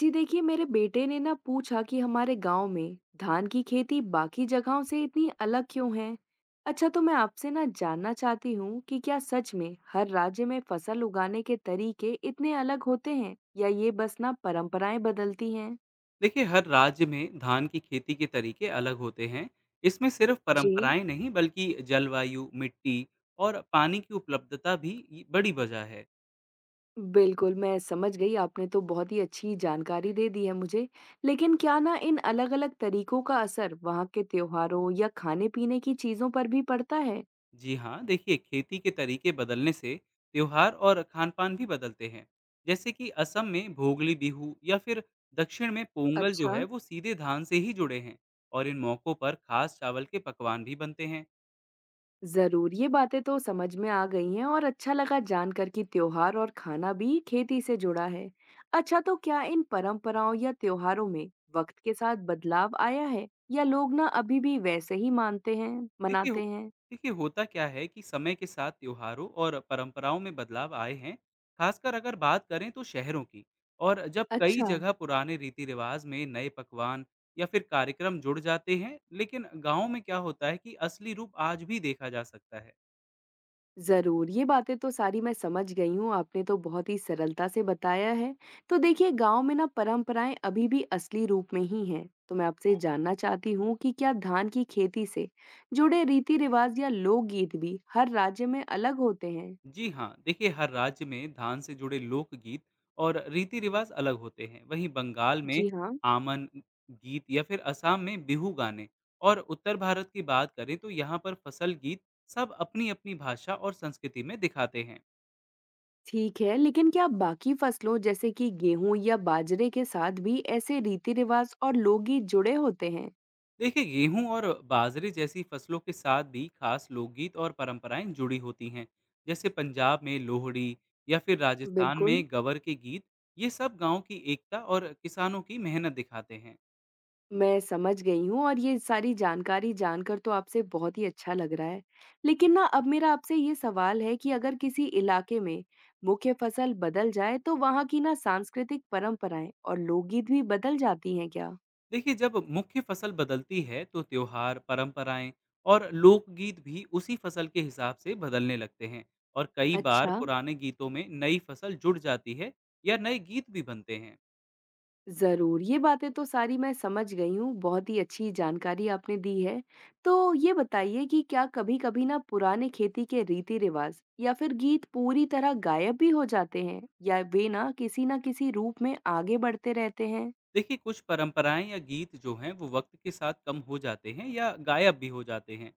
जी देखिए, मेरे बेटे ने ना पूछा कि हमारे गांव में धान की खेती बाकी जगहों से इतनी अलग क्यों है। अच्छा, तो मैं आपसे ना जानना चाहती हूँ कि क्या सच में हर राज्य में फसल उगाने के तरीके इतने अलग होते हैं या ये बस ना परंपराएं बदलती हैं। देखिए, हर राज्य में धान की खेती के तरीके अलग होते हैं। इसमें सिर्फ जी। परंपराएं नहीं बल्कि जलवायु, मिट्टी और पानी की उपलब्धता भी ये बड़ी वजह है। बिल्कुल, मैं समझ गई, आपने तो बहुत ही अच्छी जानकारी दे दी है मुझे। लेकिन क्या ना इन अलग-अलग तरीकों का असर वहाँ के त्योहारों या खाने पीने की चीजों पर भी पड़ता है? जी हाँ, देखिए खेती के तरीके बदलने से त्योहार और खान पान भी बदलते हैं। जैसे कि असम में भोगली बिहू या फिर दक्षिण में पोंगल जो अच्छा। है वो सीधे धान से ही जुड़े हैं। और इन मौक़ों पर खास चावल के पकवान भी बनते हैं। जरूर, ये बातें तो समझ में आ गई हैं और अच्छा लगा जानकर कि त्योहार और खाना भी खेती से जुड़ा है। अच्छा, तो क्या इन परंपराओं या त्योहारों में वक्त के साथ बदलाव आया है या लोग ना अभी भी वैसे ही मानते हैं, देखिए हो मनाते हैं? देखिए, होता क्या है कि समय के साथ त्योहारों और परंपराओं में बदलाव आए हैं, खासकर अगर बात करें तो शहरों की। और जब कई अच्छा। जगह पुराने रीति-रिवाज में नए पकवान या फिर कार्यक्रम जुड़ जाते हैं, लेकिन गाँव में क्या होता है कि असली रूप आज भी देखा जा सकता है। ज़रूर, ये बातें तो सारी मैं समझ गई हूँ, आपने तो बहुत ही सरलता से बताया है। तो देखिए, गाँव में ना परंपराएँ अभी भी असली रूप में ही हैं, तो मैं आपसे जानना चाहती हूँ कि क्या धान की खेती से जुड़े रीति-रिवाज़ या लोकगीत भी हर राज्य में अलग होते हैं? जी हाँ, देखिए हर राज्य में धान से जुड़े लोकगीत और रीति रिवाज अलग होते हैं। वहीं बंगाल में जी हाँ। आमन गीत या फिर असम में बिहू गाने, और उत्तर भारत की बात करें तो यहाँ पर फसल गीत, सब अपनी अपनी भाषा और संस्कृति में दिखाते हैं। ठीक है, लेकिन क्या बाकी फसलों जैसे कि गेहूँ या बाजरे के साथ भी ऐसे रीति-रिवाज़ और लोकगीत जुड़े होते हैं? देखिए, गेहूं और बाजरे जैसी फसलों के साथ भी खास लोकगीत और परंपराएं जुड़ी होती हैं। जैसे पंजाब में लोहड़ी या फिर राजस्थान बिल्कुल। में गवर के गीत, ये सब गांव की एकता और किसानों की मेहनत दिखाते हैं। मैं समझ गई हूँ और ये सारी जानकारी जानकर तो आपसे बहुत ही अच्छा लग रहा है। लेकिन ना अब मेरा आपसे ये सवाल है कि अगर किसी इलाके में मुख्य फसल बदल जाए तो वहाँ की ना सांस्कृतिक परंपराएं और लोकगीत भी बदल जाती हैं क्या? देखिए, जब मुख्य फसल बदलती है तो त्योहार, परंपराएं और लोकगीत भी उसी फसल के हिसाब से बदलने लगते हैं। और कई बार अच्छा। पुराने गीतों में नई फसल जुड़ जाती है या नए गीत भी बनते हैं। ज़रूर, ये बातें तो सारी मैं समझ गई हूँ, बहुत ही अच्छी जानकारी आपने दी है। तो ये बताइए कि क्या कभी-कभी ना पुराने खेती के रीति-रिवाज़ या फिर गीत पूरी तरह गायब भी हो जाते हैं या वे ना किसी न किसी रूप में आगे बढ़ते रहते हैं? देखिए, कुछ परंपराएं या गीत जो हैं वो वक्त के साथ कम हो जाते हैं या गायब भी हो जाते हैं,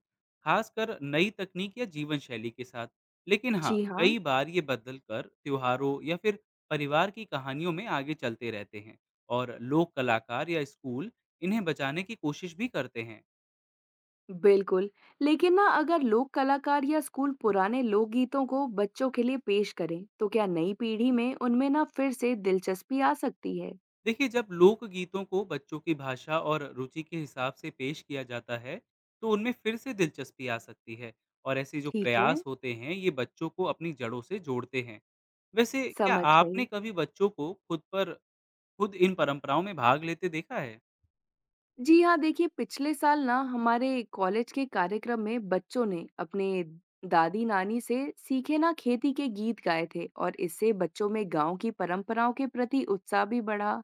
खासकर नई तकनीक या जीवन शैली के साथ। लेकिन हाँ, जी हाँ। कई बार ये बदल कर त्योहारों या फिर परिवार की कहानियों में आगे चलते रहते हैं। और लोक कलाकार या स्कूल इन्हें बचाने की कोशिश भी करते हैं। बिल्कुल। लेकिन ना अगर लोक कलाकार या स्कूल पुराने लोकगीतों को बच्चों के लिए पेश करें, तो क्या नई पीढ़ी में उनमें ना फिर से दिलचस्पी आ सकती है? देखिए, जब लोक गीतों को बच्चों की भाषा और रुचि के हिसाब से पेश किया जाता है तो उनमें फिर से दिलचस्पी आ सकती है। और ऐसे जो ठीक है, प्रयास होते हैं ये बच्चों को अपनी जड़ों से जोड़ते हैं। वैसे क्या समझ आपने गई। कभी बच्चों को खुद इन परंपराओं में भाग लेते देखा है? जी हाँ, देखिए पिछले साल ना हमारे कॉलेज के कार्यक्रम में बच्चों ने अपने दादी नानी से सीखे ना खेती के गीत गाए थे और इससे बच्चों में गांव की परंपराओं के प्रति उत्साह भी बढ़ा।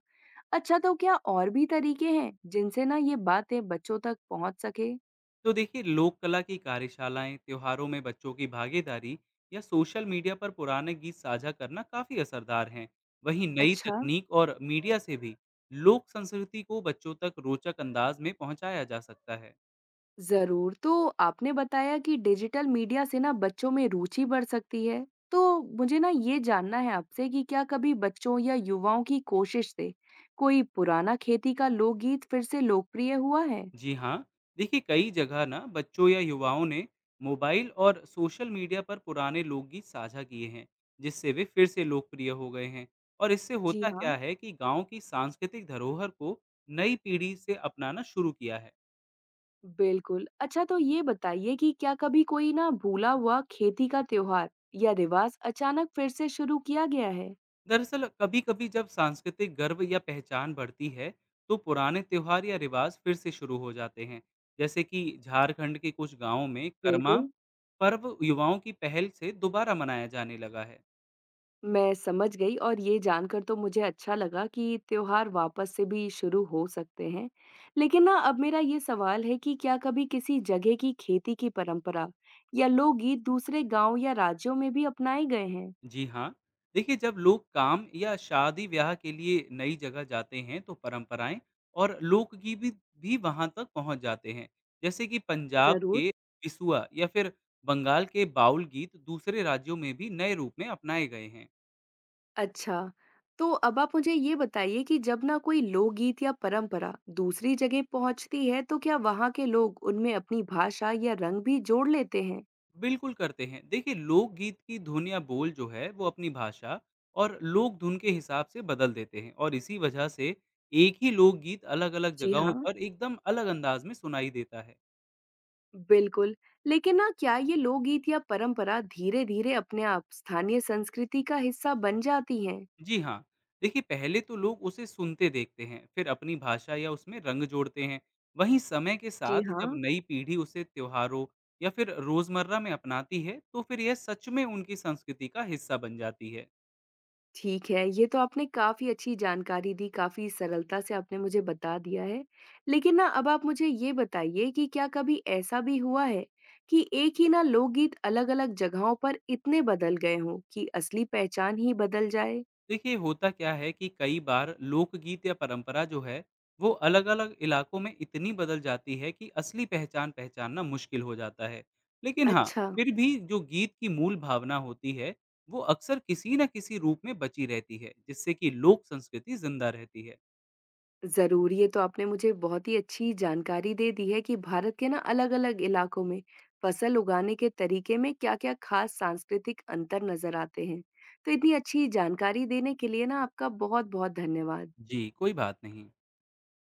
अच्छा, तो क्या और भी तरीके हैं जिनसे ना ये बातें बच्चों तक पहुंच सके? तो देखिए, लोक कला की कार्यशालाएं, त्योहारों में बच्चों की भागीदारी या सोशल मीडिया पर पुराने गीत साझा करना काफी असरदार हैं। वहीं नई अच्छा। तकनीक और मीडिया से भी लोक संस्कृति को बच्चों तक रोचक अंदाज में पहुंचाया जा सकता है। जरूर, तो आपने बताया कि डिजिटल मीडिया से ना बच्चों में रुचि बढ़ सकती है, तो मुझे ना ये जानना है आपसे कि क्या कभी बच्चों या युवाओं की कोशिश से कोई पुराना खेती का लोकगीत फिर से लोकप्रिय हुआ है? जी हाँ, देखिए कई जगह ना बच्चों या युवाओं ने मोबाइल और सोशल मीडिया पर पुराने लोकगीत साझा किए हैं, जिससे वे फिर से लोकप्रिय हो गए हैं। और इससे जी होता हाँ। क्या है कि गांव की सांस्कृतिक धरोहर को नई पीढ़ी से अपनाना शुरू किया है। बिल्कुल। अच्छा, तो ये बताइए कि क्या कभी कोई ना भूला हुआ खेती का त्योहार या रिवाज अचानक फिर से शुरू किया गया है? दरअसल कभी-कभी जब सांस्कृतिक गर्व या पहचान बढ़ती है, तो पुराने त्योहार या रिवाज फिर से शुरू हो जाते हैं। जैसे कि झारखंड के कुछ गांवों में करमा बिल्कुल। पर्व युवाओं की पहल से दोबारा मनाया जाने लगा है। मैं समझ गई और ये जानकर तो मुझे अच्छा लगा कि त्योहार वापस से भी शुरू हो सकते हैं। लेकिन ना अब मेरा ये सवाल है कि क्या कभी किसी जगह की खेती की परंपरा या लोकगीत दूसरे गांव या राज्यों में भी अपनाए गए हैं? जी हाँ, देखिए जब लोग काम या शादी ब्याह के लिए नई जगह जाते हैं, तो परंपराएं और लोकगीत भी वहां तक पहुंच जाते हैं। जैसे कि पंजाब जरूर। के बिसुआ या फिर बंगाल के बाउल गीत दूसरे राज्यों में भी नए रूप में अपनाए गए हैं। अच्छा, तो अब आप मुझे ये बताइए कि जब ना कोई लोकगीत या परंपरा दूसरी जगह पहुंचती है, तो क्या वहां के लोग उनमें अपनी भाषा या रंग भी जोड़ लेते हैं? बिल्कुल करते हैं। देखिए, लोकगीत की धुन या बोल जो है, वो अपनी भाषा और लोक धुन के हिसाब से बदल देते हैं, और इसी वजह से एक ही लोकगीत अलग-अलग जी जगहों हाँ। पर एकदम अलग अंदाज में सुनाई देता है। बिल्कुल, लेकिन ना क्या ये लोकगीत या परंपरा धीरे-धीरे अपने आप स्थानीय संस्कृति का हिस्सा बन जाती हैं? जी हाँ, देखिए पहले तो लोग उसे सुनते देखते हैं, फिर अपनी भाषा या उसमें रंग जोड़ते हैं। वहीं समय के जी साथ जब हाँ। नई पीढ़ी उसे त्योहारों या फिर रोज़मर्रा में अपनाती है, तो फिर यह सच में उनकी संस्कृति का हिस्सा बन जाती है। ठीक है, ये तो आपने काफ़ी अच्छी जानकारी दी, काफ़ी सरलता से आपने मुझे बता दिया है। लेकिन ना अब आप मुझे ये बताइए कि क्या कभी ऐसा भी हुआ है कि एक ही ना लोकगीत अलग-अलग जगहों पर इतने बदल गए हों कि असली पहचान ही बदल जाए? देखिए, होता क्या है कि कई बार लोकगीत या परंपरा जो है वो अलग अलग इलाकों में इतनी बदल जाती है कि असली पहचान पहचानना मुश्किल हो जाता है। लेकिन हाँ, अच्छा। फिर भी जो गीत की मूल भावना होती है वो अक्सर किसी न किसी रूप में बची रहती है, जिससे कि लोक संस्कृति जिंदा रहती है। ज़रूर, ये तो आपने मुझे बहुत ही अच्छी जानकारी दे दी है कि भारत के ना अलग-अलग इलाकों में फसल उगाने के तरीके में क्या-क्या खास सांस्कृतिक अंतर नज़र आते हैं। तो इतनी अच्छी जानकारी देने के लिए ना आपका बहुत-बहुत धन्यवाद। जी, कोई बात नहीं।